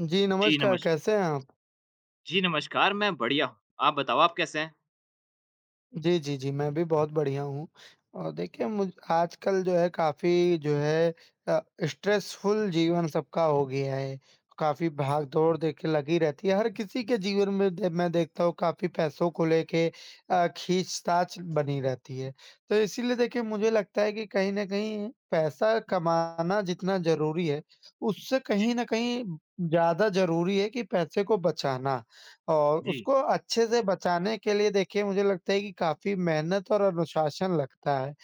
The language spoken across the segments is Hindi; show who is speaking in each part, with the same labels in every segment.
Speaker 1: जी,
Speaker 2: जी,
Speaker 1: नमस्कार,
Speaker 2: नमस्
Speaker 1: कैसे हैं आप?
Speaker 2: जी, नमस्कार, मैं बढ़िया हूँ। आप बताओ आप कैसे हैं?
Speaker 1: जी, जी, जी, मैं भी बहुत बढ़िया हूँ। और देखिए मुझ आजकल जो है काफ़ी जो है अ, स्ट्रेसफुल जीवन सबका हो गया है। काफ़ी भाग-दौड़ देखिए लगी रहती है, हर किसी के जीवन में दे मैं देखता हूँ काफ़ी पैसों को लेके खींचतान बनी रहती है। तो इसीलिए देखिए मुझे लगता है कि कहीं न कहीं पैसा कमाना जितना ज़रूरी है, उससे
Speaker 2: जी,
Speaker 1: कहीं न कहीं ज़्यादा ज़रूरी है कि पैसे को बचाना। और
Speaker 2: जी,
Speaker 1: उसको अच्छे से बचाने के लिए देखिए मुझे लगता है कि काफ़ी मेहनत और अनुशासन लगता है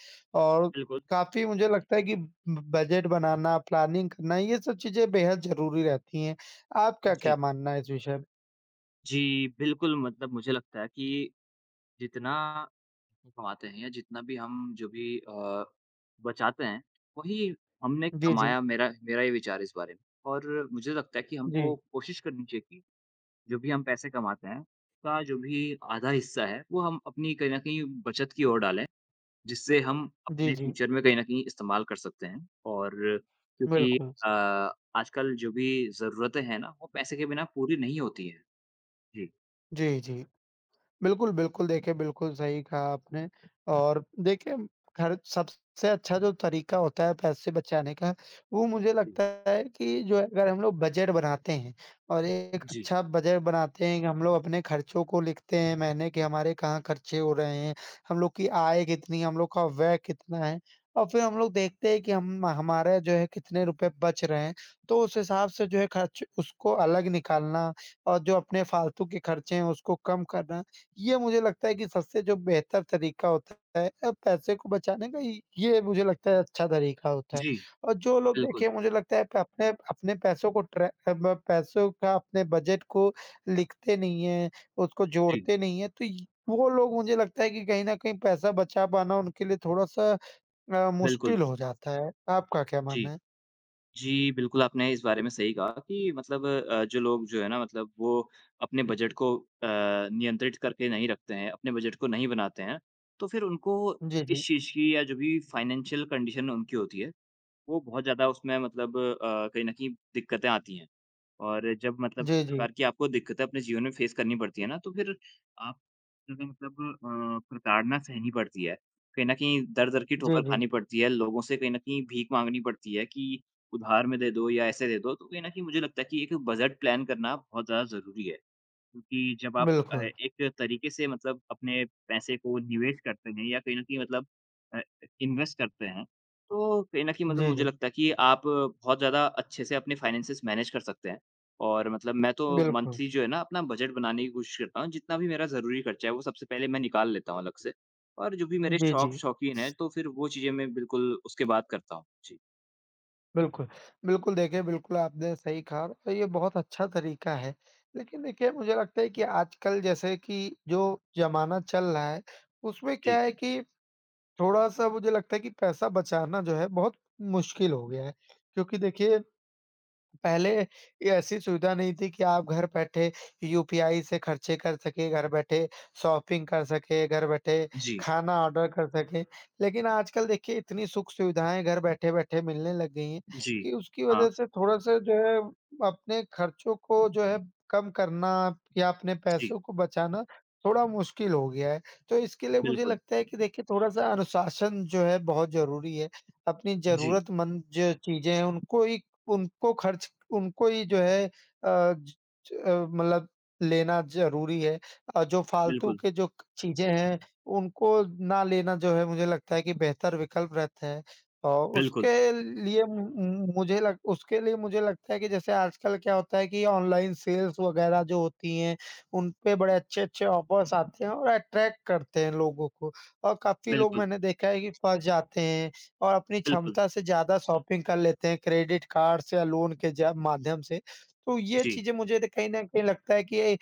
Speaker 1: और
Speaker 2: बिल्कुल।
Speaker 1: काफ़ी मुझे लगता है कि ब बजट बनाना, प्लानिंग करना ये सब चीज़ें बेहद ज़रूरी रहती हैं। आपका क्या
Speaker 2: जी,
Speaker 1: मानना है इस विषय में?
Speaker 2: जी, बिल्कुल मतलब मुझे लगता है कि जितना हम कमाते हैं या जितना भी हम जो भी बचाते हैं, वही हमने
Speaker 1: जी, जी।
Speaker 2: कमाया, मेरा मेरा ये विचार है इस बारे में। और मुझे लगता है कि
Speaker 1: जी।
Speaker 2: हमको कोशिश करनी चाहिए कि जो भी हम पैसे कमाते हैं, उसका जो भी आधा हिस्सा है, वो हम अपनी कहीं न कहीं बचत की ओर डालें। जिससे हम
Speaker 1: जी,
Speaker 2: अपने
Speaker 1: जी।
Speaker 2: फ्यूचर में कहीं न कहीं इस्तेमाल कर सकते हैं और क्योंकि
Speaker 1: बिल्कुल।
Speaker 2: अ, आजकल जो भी ज़रूरतें हैं ना, वो पैसे के बिना पूरी नहीं होती हैं। जी,
Speaker 1: जी, जी। बिल्कुल, बिल्कुल। देखिए, बिल्कुल सही कहा आपने और देखिए खर्च सबसे अच्छा जो तरीका होता है पैसे बचाने का, वो मुझे
Speaker 2: जी,
Speaker 1: लगता है कि जो है अगर हम लोग बजट बनाते हैं और एक
Speaker 2: जी,
Speaker 1: अच्छा बजट बनाते हैं कि हम लोग अपने खर्चों को लिखते हैं महीने के हमारे कहाँ खर्चे हो रहे हैं, हम लोग की आय कितनी, हम लोग का व्यय कितना है और फिर हम लोग देखते हैं कि हम हमारे जो है कितने रुपए बच रहे हैं, तो उस हिसाब से जो है खर्च उसको अलग निकालना और जो अपने फालतू के खर्चे हैं उसको कम करना, ये मुझे लगता है कि सबसे जो बेहतर तरीका होता है पैसे को बचाने का ये मुझे लगता है अच्छा तरीका होता है।
Speaker 2: जी,
Speaker 1: और जो लोग
Speaker 2: बिल्कुल,
Speaker 1: देखिए मुझे लगता है अपने अपने पैसों को ट्रै अ, ब पैसों का अपने बजट को लिखते नहीं हैं, उसको
Speaker 2: जी,
Speaker 1: जोड़ते नहीं हैं, तो य वो लोग मुझे लगता है कि कहीं न कहीं पैसा बचा पाना उनके लिए थोड़ा-सा
Speaker 2: बिल्कुल,
Speaker 1: मुश्किल हो जाता है। आपका क्या
Speaker 2: जी।
Speaker 1: मानना है?
Speaker 2: जी, बिल्कुल आपने इस बारे में सही कहा कि मतलब जो लोग जो है ना मतलब वो अपने बजट को नियंत्रित करके नहीं रखते हैं, अपने बजट को नहीं बनाते हैं, तो फिर उनको
Speaker 1: जी, जी।
Speaker 2: इस चीज़ की या जो भी फाइनेंशियल कंडीशन उनकी होती है वो बहुत ज़्यादा उसमें मतलब कहीं न कहीं दिक्कतें आती हैं। और जब मतलब
Speaker 1: जी,
Speaker 2: इस
Speaker 1: जी।
Speaker 2: प्रकार की आपको दिक्कतें अपने जीवन में फेस करनी पड़ती है ना, तो फिर आप क्योंकि मतलब प्रताड़ना सहनी पड़ती है। कहीं न कहीं दर-दर की
Speaker 1: जी,
Speaker 2: ठोकर
Speaker 1: जी।
Speaker 2: खानी पड़ती है, लोगों से कहीं न कहीं भीख माँगनी पड़ती है कि उधार में दे दो या ऐसे दे दो, तो कहीं न कहीं मुझे लगता है कि एक बजट प्लान करना बहुत ज़्यादा ज़रूरी है। क्योंकि जब आप
Speaker 1: बिल्कुल।
Speaker 2: एक तरीके से मतलब अपने पैसे को निवेश करते हैं या कहीं न कहीं मतलब अ, इन्वेस्ट करते हैं, तो कहीं न कहीं मतलब
Speaker 1: जी,
Speaker 2: मुझे
Speaker 1: जी।
Speaker 2: लगता है कि आप बहुत ज़्यादा अच्छे से अपने फाइनेंसेस मैनेज कर सकते हैं। और मतलब मैं तो
Speaker 1: बिल्कुल।
Speaker 2: मंथली जो है ना अपना बजट बनाने की कोशिश करता हूँ, जितना भी मेरा ज़रूरी खर्चा है वो सबसे पहले मैं निकाल लेता हूँ अलग से। और जो भी मेरे
Speaker 1: जी, जी।
Speaker 2: शौकीन हैं, तो फिर वो चीज़ें मैं बिल्कुल उसके बाद करता हूँ। जी।
Speaker 1: बिल्कुल। बिल्कुल, देखिए बिल्कुल आपने सही कहा और ये बहुत अच्छा तरीका है। लेकिन देखिए मुझे लगता है कि आजकल जैसे कि जो ज़माना चल रहा है, उसमें
Speaker 2: जी,
Speaker 1: क्या है कि थोड़ा-सा मुझे लगता है कि पैसा बचाना जो है बहुत मुश्किल हो गया है। क्योंकि देखिए पहले ये ऐसी सुविधा नहीं थी कि आप घर बैठे यूपीआई से खर्चे कर सके, घर बैठे शॉपिंग कर सके, घर बैठे
Speaker 2: जी,
Speaker 1: खाना ऑर्डर कर सके। लेकिन आजकल देखिए इतनी सुख-सुविधाएँ घर बैठे-बैठे मिलने लग गई हैं
Speaker 2: जी।
Speaker 1: कि उसकी
Speaker 2: हाँ,
Speaker 1: वजह से थोड़ा-सा जो है अपने खर्चों को जो है कम करना या अपने
Speaker 2: जी,
Speaker 1: पैसों को बचाना थोड़ा मुश्किल हो गया है। तो इसके लिए मुझे
Speaker 2: बिल्कुल।
Speaker 1: लगता है कि देखिए थोड़ा-सा अनुशासन जो है बहुत ज़रूरी है। अपनी
Speaker 2: जी,
Speaker 1: ज़रूरतमंद जो चीज़ें हैं उनको ही उनको खर्च जो है ज मतलब लेना ज़रूरी है जो फालतू
Speaker 2: बिल्कुल,
Speaker 1: के जो चीज़ें हैं, उनको ना लेना जो है मुझे लगता है कि बेहतर विकल्प रहता है। और
Speaker 2: बिल्कुल,
Speaker 1: उसके लिए मु मु मुझे लग उसके लिए मुझे लगता है कि जैसे आजकल क्या होता है कि ऑनलाइन सेल्स वग़ैरह जो होती हैं, उन पे बड़े अच्छे-अच्छे ऑफ़र्स आते हैं और अट्रैक्ट करते हैं लोगों को और काफ़ी लोग
Speaker 2: बिल्कुल,
Speaker 1: मैंने देखा है कि फँस जाते हैं और अपनी
Speaker 2: बिल्कुल।
Speaker 1: क्षमता से ज़्यादा शॉपिंग कर लेते हैं क्रेडिट कार्ड से या लोन के जा माध्यम से। तो ये
Speaker 2: जी।
Speaker 1: चीज़ें मुझे तो कहीं न कहीं लगता है कि ये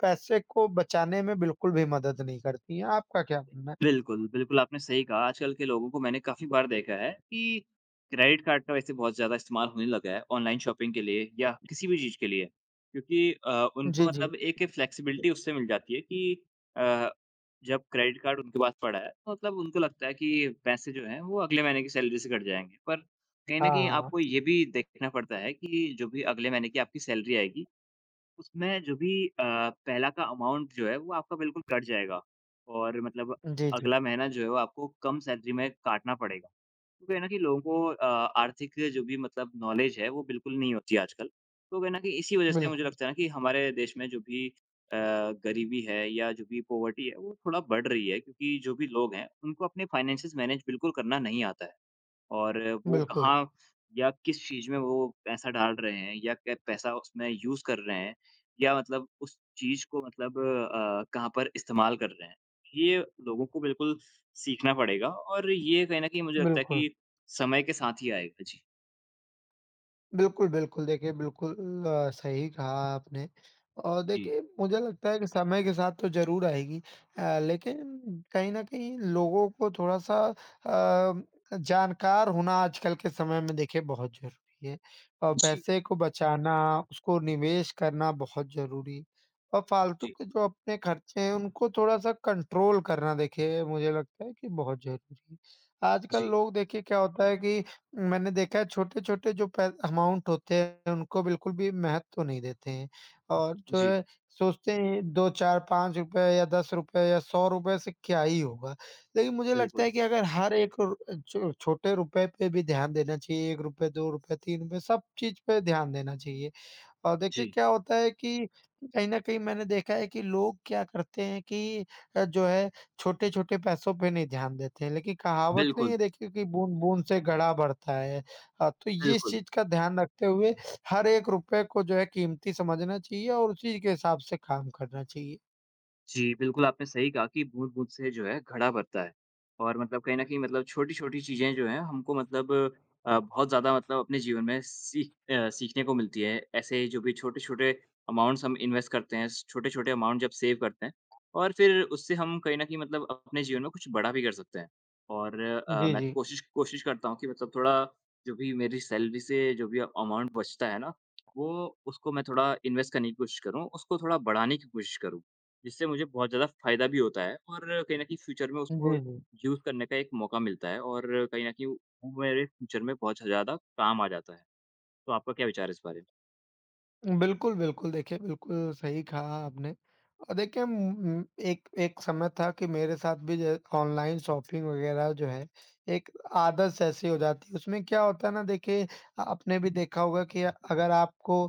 Speaker 1: पैसे को बचाने में बिल्कुल भी मदद नहीं करती हैं। आपका क्या मानना है?
Speaker 2: बिल्कुल, बिल्कुल आपने सही कहा। आजकल के लोगों को मैंने काफ़ी बार देखा है कि क्रेडिट कार्ड का वैसे बहुत ज़्यादा इस्तेमाल होने लगा है ऑनलाइन शॉपिंग के लिए या किसी भी चीज़ के लिए। क्योंकि उनको
Speaker 1: जी, जी।
Speaker 2: मतलब एक फ्लेक्सिबिलिटी उससे मिल जाती है कि अ, जब क्रेडिट कार्ड उनके पास पड़ा है, तो मतलब उनको लगता है कि पैसे जो हैं, वो अगले महीने की सैलरी से कट जाएँगे। पर कहीं
Speaker 1: हाँ,
Speaker 2: न कहीं
Speaker 1: हाँ।
Speaker 2: आपको ये भी देखना पड़ता है कि जो भी अगले महीने की आपकी सैलरी आएगी उसमें जो भी पहला का अमाउंट जो है वो आपका बिल्कुल कट जाएगा और मतलब
Speaker 1: जी, जी।
Speaker 2: अगला महीना जो है वो आपको कम सैलरी में काटना पड़ेगा। क्योंकि है ना कि लोगों को आर्थिक जो भी मतलब नॉलेज है वो बिल्कुल नहीं होती आजकल। तो है ना कि इसी वज़ह से मुझे
Speaker 1: बिल्कुल,
Speaker 2: लगता है ना कि हमारे देश में जो भी गरीबी है या जो भी पॉवर्टी है वो थोड़ा बढ़ रही है क्योंकि जो भी लोग हैं उनको अपने फाइनेंसेस मैनेज बिल्कुल करना नहीं आता है। और वो
Speaker 1: बिल्कुल,
Speaker 2: कहाँ या किस चीज़ में वो पैसा डाल रहे हैं या क्या पैसा उसमें यूज़ कर रहे हैं या मतलब उस चीज़ को मतलब कहाँ पर इस्तेमाल कर रहे हैं। ये लोगों को बिल्कुल सीखना पड़ेगा और ये कहीं न कहीं मुझे लगता है
Speaker 1: बिल्कुल।
Speaker 2: कि समय के साथ ही आएगा। जी।
Speaker 1: बिल्कुल, बिल्कुल। देखिए, बिल्कुल सही कहा आपने और देखिए, मुझे लगता है कि समय के साथ तो ज़रूर आएगी लेकिन कहीं न कहीं लोगों को थोड़ा-सा जानकार होना आजकल के समय में देखिए बहुत ज़रूरी है और
Speaker 2: जी,
Speaker 1: पैसे को बचाना, उसको निवेश करना बहुत ज़रूरी और फ़ालतू
Speaker 2: जी,
Speaker 1: के जो अपने खर्चे हैं, उनको थोड़ा-सा कंट्रोल करना देखिए मुझे लगता है कि बहुत ज़रूरी है। आजकल
Speaker 2: जी,
Speaker 1: लोग देखिए क्या होता है कि मैंने देखा है छोटे-छोटे जो पै अमाउंट होते हैं उनको बिल्कुल भी महत्व नहीं देते हैं और जो
Speaker 2: जी, जी।
Speaker 1: है सोचते हैं 2, 4, ₹5 या ₹10 या ₹100 से क्या ही होगा। लेकिन मुझे लगता
Speaker 2: बिल्कुल।
Speaker 1: है कि अगर हर एक रु छो छोटे रुपए पे भी ध्यान देना चाहिए, ₹1, ₹2, ₹3 सब चीज़ पे ध्यान देना चाहिए। और देखिए
Speaker 2: जी।
Speaker 1: क्या होता है कि कहीं न कहीं मैंने देखा है कि लोग क्या करते हैं कि जो है छोटे-छोटे पैसों पे नहीं ध्यान देते हैं, लेकिन कहावत नहीं
Speaker 2: बिल्कुल,
Speaker 1: है देखिए कि बूँद-बूँद से घड़ा भरता है। तो ये इस
Speaker 2: बिल्कुल।
Speaker 1: चीज़ का ध्यान रखते हुए हर एक रुपए को जो है कीमती समझना चाहिए और उसी के हिसाब से काम करना चाहिए।
Speaker 2: जी, बिल्कुल आपने सही कहा कि बूँद-बूँद से जो है घड़ा भरता है। और मतलब कहीं न कहीं मतलब छोटी-छोटी चीज़ें जो हैं हमको मतलब बहुत ज़्यादा मतलब अपने जीवन में सीखने को मिलती है। ऐसे जो भी छोटे-छोटे अमाउंट्स हम इन्वेस्ट करते हैं, छोटे-छोटे अमाउंट जब सेव करते हैं और फिर उससे हम कहीं न कहीं मतलब अपने जीवन में कुछ बड़ा भी कर सकते हैं। और
Speaker 1: जी,
Speaker 2: मैं तो
Speaker 1: जी।
Speaker 2: कोशिश कोशिश करता हूँ कि मतलब थोड़ा जो भी मेरी सैलरी से जो भी अमाउंट बचता है ना, वो उसको मैं थोड़ा इन्वेस्ट करने की कोशिश करूँ, उसको थोड़ा बढ़ाने की कोशिश करूँ। जिससे मुझे बहुत ज़्यादा फ़ायदा भी होता है और कहीं न कहीं फ्यूचर में उसको
Speaker 1: जी, जी।
Speaker 2: यूज़ करने का एक मौका मिलता है और कहीं न कहीं वो मेरे फ्यूचर में बहुत ज़्यादा काम आ जाता है। तो आपका क्या विचार है इस बारे में?
Speaker 1: बिल्कुल, बिल्कुल। देखिए, बिल्कुल सही कहा आपने। और देखिए एक एक समय था कि मेरे साथ भी जो है ऑनलाइन शॉपिंग वगैरह जो है एक आदत सी ऐसी हो जाती है। उसमें क्या होता है ना देखिए आपने भी देखा होगा कि अगर आपको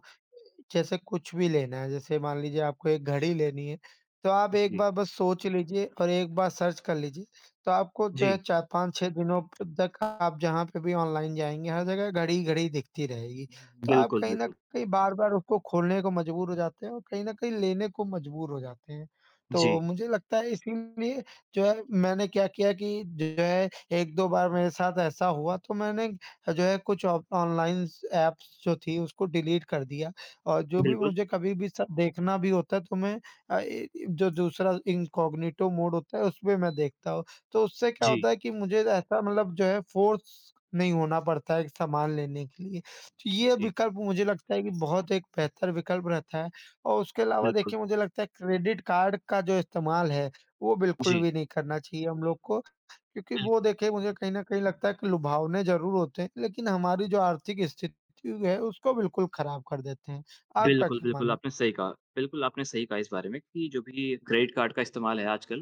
Speaker 1: जैसे कुछ भी लेना है, जैसे मान लीजिए आपको एक घड़ी लेनी है, तो आप एक
Speaker 2: जी,
Speaker 1: बार बस सोच लीजिए और एक बार सर्च कर लीजिए। तो आपको जो
Speaker 2: जी।
Speaker 1: है 4-5-6 दिनों तक आप जहाँ पे भी ऑनलाइन जाएँगे, हर जगह घड़ी ही घड़ी दिखती रहेगी। तो आप
Speaker 2: बिल्कुल,
Speaker 1: कहीं न
Speaker 2: बिल्कुल।
Speaker 1: कहीं बार-बार उसको खोलने को मजबूर हो जाते हैं और कहीं न कहीं लेने को मजबूर हो जाते हैं। तो
Speaker 2: जी,
Speaker 1: मुझे लगता है इसीलिए जो है मैंने क्या किया कि जो है 1-2 बार मेरे साथ ऐसा हुआ तो मैंने जो है कुछ ऑ ऑनलाइन ऐप्स जो थी उसको डिलीट कर दिया और जो भी
Speaker 2: बिल्कुल।
Speaker 1: मुझे कभी भी सब देखना भी होता है तो मैं जो दूसरा इनकॉग्निटो मोड होता है उसमें मैं देखता हूँ। तो उससे क्या
Speaker 2: जी,
Speaker 1: होता है कि मुझे ऐसा मतलब जो है फ़ोर्स नहीं होना पड़ता है सामान लेने के लिए। ये
Speaker 2: जी,
Speaker 1: विकल्प मुझे लगता है कि बहुत एक बेहतर विकल्प रहता है और उसके अलावा
Speaker 2: बिल्कुल।
Speaker 1: देखिए मुझे लगता है क्रेडिट कार्ड का जो इस्तेमाल है, वो बिल्कुल
Speaker 2: जी,
Speaker 1: भी नहीं करना चाहिए हम लोग को। क्योंकि वो
Speaker 2: बिल्कुल।
Speaker 1: देखिए मुझे कहीं न कहीं लगता है कि लुभावने ज़रूर होते हैं, लेकिन हमारी जो आर्थिक स्थिति है उसको बिल्कुल खराब कर देते हैं। आपका
Speaker 2: बिल्कुल,
Speaker 1: क्या
Speaker 2: बिल्कुल,
Speaker 1: मानना?
Speaker 2: आपने सही कहा। बिल्कुल, आपने सही कहा इस बारे में कि जो भी क्रेडिट कार्ड का इस्तेमाल है आजकल,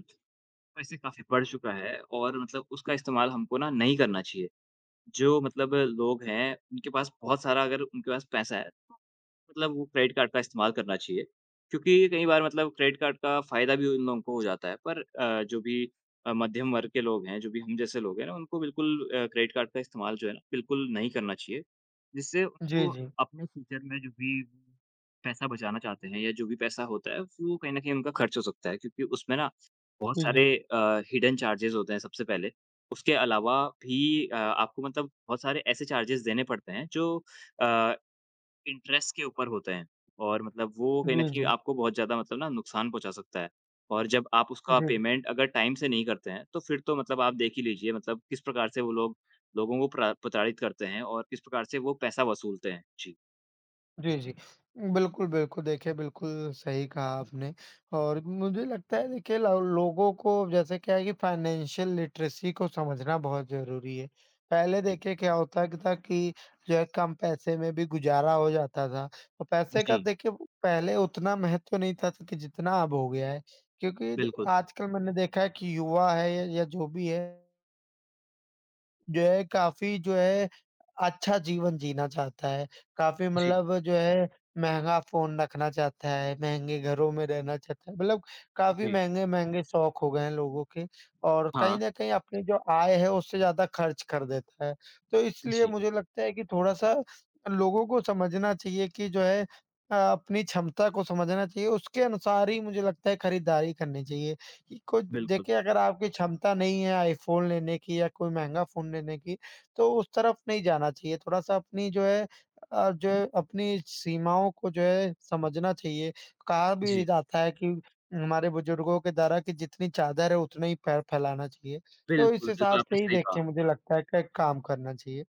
Speaker 2: वैसे काफ़ी बढ़ चुका है और मतलब उसका इस्तेमाल हमको ना नहीं करना चाहिए। जो मतलब लोग हैं उनके पास बहुत सारा अगर उनके पास पैसा है तो मतलब वो क्रेडिट कार्ड का इस्तेमाल करना चाहिए। क्योंकि कई बार मतलब क्रेडिट कार्ड का फ़ायदा भी उन लोगों को हो जाता है। पर जो भी मध्यम वर्ग के लोग हैं, जो भी हम जैसे लोग हैं ना, उनको बिल्कुल क्रेडिट कार्ड का इस्तेमाल जो है ना, बिल्कुल नहीं करना चाहिए। जिससे
Speaker 1: जी,
Speaker 2: उनको
Speaker 1: जी।
Speaker 2: अपने फ्यूचर में जो भी पैसा बचाना चाहते हैं या जो भी पैसा होता है, वो कहीं न कहीं उनका खर्च हो सकता है। क्योंकि उसमें ना बहुत
Speaker 1: जी,
Speaker 2: सारे
Speaker 1: जी।
Speaker 2: हिडन चार्जेज़ होते हैं सबसे पहले। उसके अलावा भी आपको मतलब बहुत सारे ऐसे चार्जेज़ देने पड़ते हैं जो अ इंटरेस्ट के ऊपर होते हैं और मतलब वो कहीं न
Speaker 1: जी,
Speaker 2: कहीं
Speaker 1: जी।
Speaker 2: आपको बहुत ज़्यादा मतलब ना नुकसान पहुँचा सकता है। और जब आप उसका
Speaker 1: जी।
Speaker 2: पेमेंट अगर टाइम से नहीं करते हैं, तो फिर तो मतलब आप देख ही लीजिए मतलब किस प्रकार से वो लोगों को प्रा प्रताड़ित करते हैं और किस प्रकार से वो पैसा वसूलते हैं। जी,
Speaker 1: जी, जी। बिल्कुल, बिल्कुल। देखिए, बिल्कुल सही कहा आपने और मुझे लगता है देखिए लो लोगों को जैसे क्या है कि फाइनेंशियल लिटरेसी को समझना बहुत ज़रूरी है। पहले
Speaker 2: जी।
Speaker 1: देखिए क्या होता क था कि जो है कम पैसे में भी गुज़ारा हो जाता था। तो पैसे का
Speaker 2: जी,
Speaker 1: देखिए वो पहले उतना महत्व नहीं था कि जितना अब हो गया है। क्योंकि द
Speaker 2: बिल्कुल।
Speaker 1: आजकल मैंने देखा है कि युवा है या जो भी है जो है काफ़ी जो है अच्छा जीवन जीना चाहता है। काफ़ी
Speaker 2: जी,
Speaker 1: मतलब जो है महँगा फ़ोन रखना चाहता है, महँगे घरों में रहना चाहता है। मतलब काफ़ी
Speaker 2: जी।
Speaker 1: महँगे-महँगे शौक हो गए हैं लोगों के और कहीं
Speaker 2: हाँ,
Speaker 1: न कहीं अपनी जो आय है उससे ज़्यादा खर्च कर देता है। तो इसलिए
Speaker 2: जी,
Speaker 1: मुझे लगता है कि थोड़ा-सा लोगों को समझना चाहिए कि जो है अपनी क्षमता को समझना चाहिए, उसके अनुसार ही मुझे लगता है खरीदारी करनी चाहिए। कि कुछ
Speaker 2: बिल्कुल।
Speaker 1: देखिए अगर आपकी क्षमता नहीं है आईफ़ोन लेने की या कोई महँगा फ़ोन लेने की, तो उस तरफ नहीं जाना चाहिए। थोड़ा-सा अपनी जो है जो है अपनी सीमाओं को जो है समझना चाहिए। कहा भी
Speaker 2: जी,
Speaker 1: जाता है कि हमारे बुजुर्गों के द्वारा कि जितनी चादर है उतना ही पैर फैलाना चाहिए। तो इस
Speaker 2: बिल्कुल, बिल्कुल,
Speaker 1: हिसाब
Speaker 2: आपने
Speaker 1: से ही
Speaker 2: सही
Speaker 1: देख के
Speaker 2: कहा।
Speaker 1: मुझे लगता है कि काम करना चाहिए।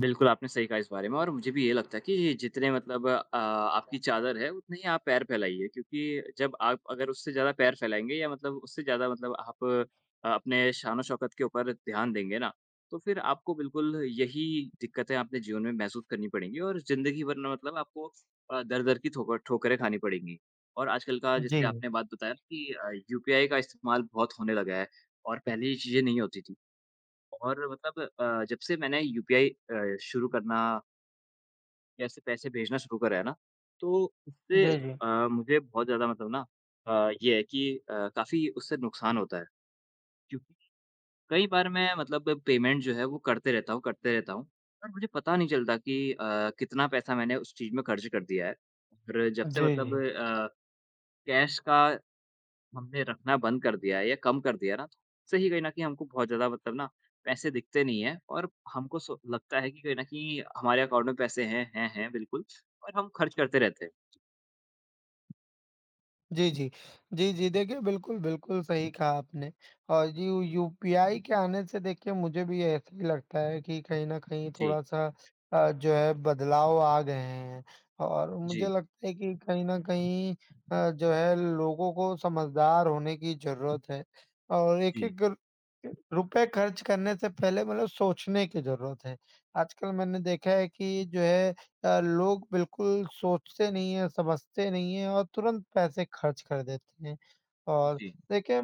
Speaker 2: बिल्कुल, आपने सही कहा इस बारे में और मुझे भी ये लगता है कि जितने मतलब आपकी चादर है उतने ही आप पैर फैलाइए क्योंकि जब आप अगर उससे ज़्यादा पैर फैलाएँगे या मतलब उससे ज़्यादा मतलब आप अपने शान-ओ-शौकत के ऊपर ध्यान देंगे ना, तो फिर आपको बिल्कुल यही दिक्कतें अपने जीवन में महसूस करनी पड़ेंगी और ज़िंदगी भर ना मतलब आपको दर-दर की ठोकरें खानी पड़ेंगी। और आजकल का
Speaker 1: जी।
Speaker 2: जैसे आपने बात बताया कि यूपीआई का इस्तेमाल बहुत होने लगा है और पहले ये चीज़ें नहीं होती थी। और मतलब जब से मैंने यूपीआई शुरू करना या ऐसे पैसे भेजना शुरू करा है ना, तो उससे
Speaker 1: जी, जी।
Speaker 2: अ, मुझे बहुत ज़्यादा मतलब ना ये है कि काफ़ी उससे नुकसान होता है। क्योंकि कई बार मैं मतलब पेमेंट जो है वो करते रहता हूँ और मुझे पता नहीं चलता कि कितना पैसा मैंने उस चीज़ में खर्च कर दिया है। और जब से
Speaker 1: जी,
Speaker 2: मतलब
Speaker 1: जी।
Speaker 2: कैश का हमने रखना बंद कर दिया है या कम कर दिया ना, तो उससे ही कहीं न कहीं हमको बहुत ज़्यादा मतलब ना पैसे दिखते नहीं हैं और हमको सो लगता है कि कहीं न कहीं हमारे अकाउंट में पैसे हैं बिल्कुल और हम खर्च करते रहते हैं।
Speaker 1: जी, जी। जी, जी। देखिए, बिल्कुल, बिल्कुल सही कहा आपने और यू यूपीआई के आने से देखिए मुझे भी ऐसा ही लगता है कि कहीं न कहीं
Speaker 2: जी,
Speaker 1: थोड़ा-सा जो है बदलाव आ गए हैं और मुझे
Speaker 2: जी,
Speaker 1: लगता है कि कहीं न कहीं जो है लोगों को समझदार होने की ज़रूरत है और
Speaker 2: जी,
Speaker 1: एक-एक रुपए खर्च करने से पहले मतलब सोचने की ज़रूरत है। आजकल मैंने देखा है कि जो है लोग बिल्कुल सोचते नहीं हैं, समझते नहीं हैं और तुरंत पैसे खर्च कर देते हैं। और
Speaker 2: जी,
Speaker 1: देखिए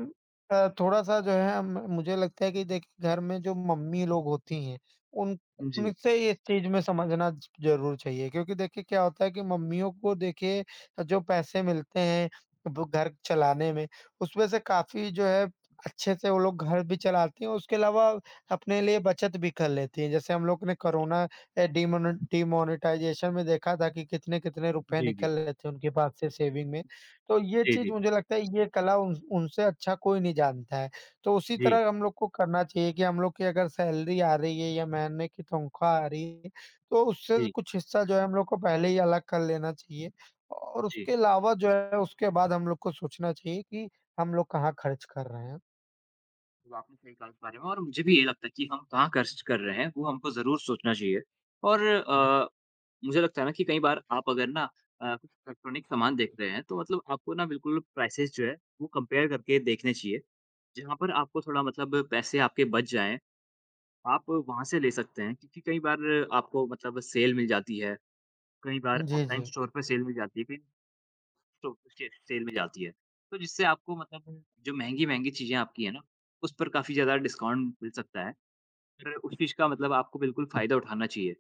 Speaker 1: थोड़ा-सा जो है म मुझे लगता है कि देखिए घर में जो मम्मी लोग होती हैं, उन
Speaker 2: जी,
Speaker 1: उनसे इस चीज़ में समझना ज ज़रूर चाहिए क्योंकि देखिए क्या होता है कि मम्मियों को देखिए जो पैसे मिलते हैं वो घर चलाने में, उसमें से काफ़ी जो है अच्छे से वो लोग घर भी चलाती हैं, उसके अलावा अपने लिए बचत भी कर लेती हैं। जैसे हम लोग ने कोरोना डीमोनेटाइज़ेशन में देखा था कि कितने-कितने रुपए
Speaker 2: जी, जी,
Speaker 1: निकल
Speaker 2: जी,
Speaker 1: रहे थे उनके पास से सेविंग में। तो ये चीज़
Speaker 2: जी,
Speaker 1: मुझे लगता है ये कला उन उनसे अच्छा कोई नहीं जानता है। तो उसी
Speaker 2: जी,
Speaker 1: तरह हम लोग को करना चाहिए कि हम लोग की अगर सैलरी आ रही है या महीने की तनख्वाह आ रही है, तो उससे
Speaker 2: जी,
Speaker 1: कुछ हिस्सा जो है हम लोग को पहले ही अलग कर लेना चाहिए। और
Speaker 2: जी।
Speaker 1: उसके अलावा जो है उसके बाद हम लोग को सोचना चाहिए कि हम लोग कहाँ खर्च कर रहे हैं।
Speaker 2: तो आपने सही कहा इस बारे में और मुझे भी ये लगता है कि हम कहाँ खर्च कर रहे हैं, वो हमको ज़रूर सोचना चाहिए और मुझे लगता है ना कि कई बार आप अगर ना कुछ इलेक्ट्रॉनिक सामान देख रहे हैं, तो मतलब आपको ना बिल्कुल प्राइसेज़ जो है, वो कंपेयर करके देखने चाहिए। जहाँ पर आपको थोड़ा मतलब पैसे आपके बच जाएँ, आप वहाँ से ले सकते हैं क्योंकि कई बार आपको मतलब सेल मिल जाती है, कई बार
Speaker 1: जी,
Speaker 2: ऑफलाइन
Speaker 1: जी।
Speaker 2: स्टोर पे सेल मिल जाती है, कई स्टोर पे से सेल मिल जाती है। तो जिससे आपको मतलब जो महँगी-महँगी चीज़ें आपकी हैं ना, उस पर काफ़ी ज़्यादा डिस्काउंट मिल सकता है। फिर उस चीज़ का मतलब आपको बिल्कुल फ़ायदा उठाना चाहिए।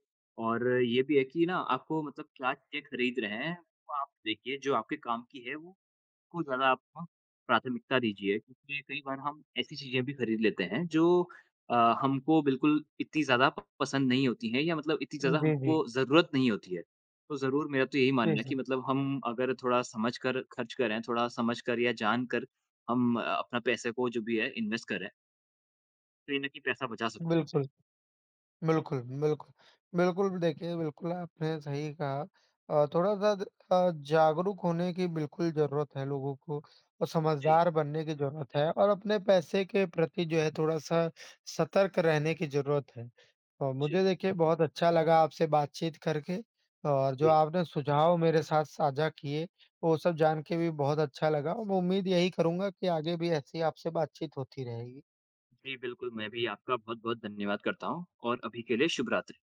Speaker 2: और ये भी है कि ना आपको मतलब क्या चीज़ें खरीद रहे हैं, वो आप देखिए जो आपके काम की है वो उसको ज़्यादा आप प्राथमिकता दीजिए क्योंकि कई बार हम ऐसी चीज़ें भी खरीद लेते हैं जो अ, हमको बिल्कुल इतनी ज़्यादा प पसंद नहीं होती हैं या मतलब इतनी ज़्यादा
Speaker 1: जी,
Speaker 2: हमको
Speaker 1: जी।
Speaker 2: ज़रूरत नहीं होती है। तो ज़रूर मेरा तो यही
Speaker 1: जी,
Speaker 2: मानना है कि
Speaker 1: जी।
Speaker 2: मतलब हम अगर थोड़ा समझ कर खर्च करें, थोड़ा समझ कर या जान कर हम अपना पैसे को जो भी है इन्वेस्ट करें, तो कहीं न कहीं पैसा बचा सकते हैं।
Speaker 1: बिल्कुल। बिल्कुल, बिल्कुल। बिल्कुल, देखिए बिल्कुल आपने सही कहा थोड़ा-सा द जागरूक होने की बिल्कुल ज़रूरत है लोगों को और
Speaker 2: जी,
Speaker 1: समझदार बनने की ज़रूरत है और अपने पैसे के प्रति जो है थोड़ा-सा सतर्क रहने की ज़रूरत है। और
Speaker 2: जी।
Speaker 1: मुझे देखिए बहुत अच्छा लगा आपसे बातचीत करके और जो
Speaker 2: जी,
Speaker 1: आपने सुझाव मेरे साथ साझा किए, वो सब जान के भी बहुत अच्छा लगा और मैं उम्मीद यही करूँगा कि आगे भी ऐसी आपसे बातचीत होती रहेगी।
Speaker 2: जी बिल्कुल, मैं भी आपका बहुत-बहुत धन्यवाद करता हूँ और अभी के लिए शुभ रात्रि।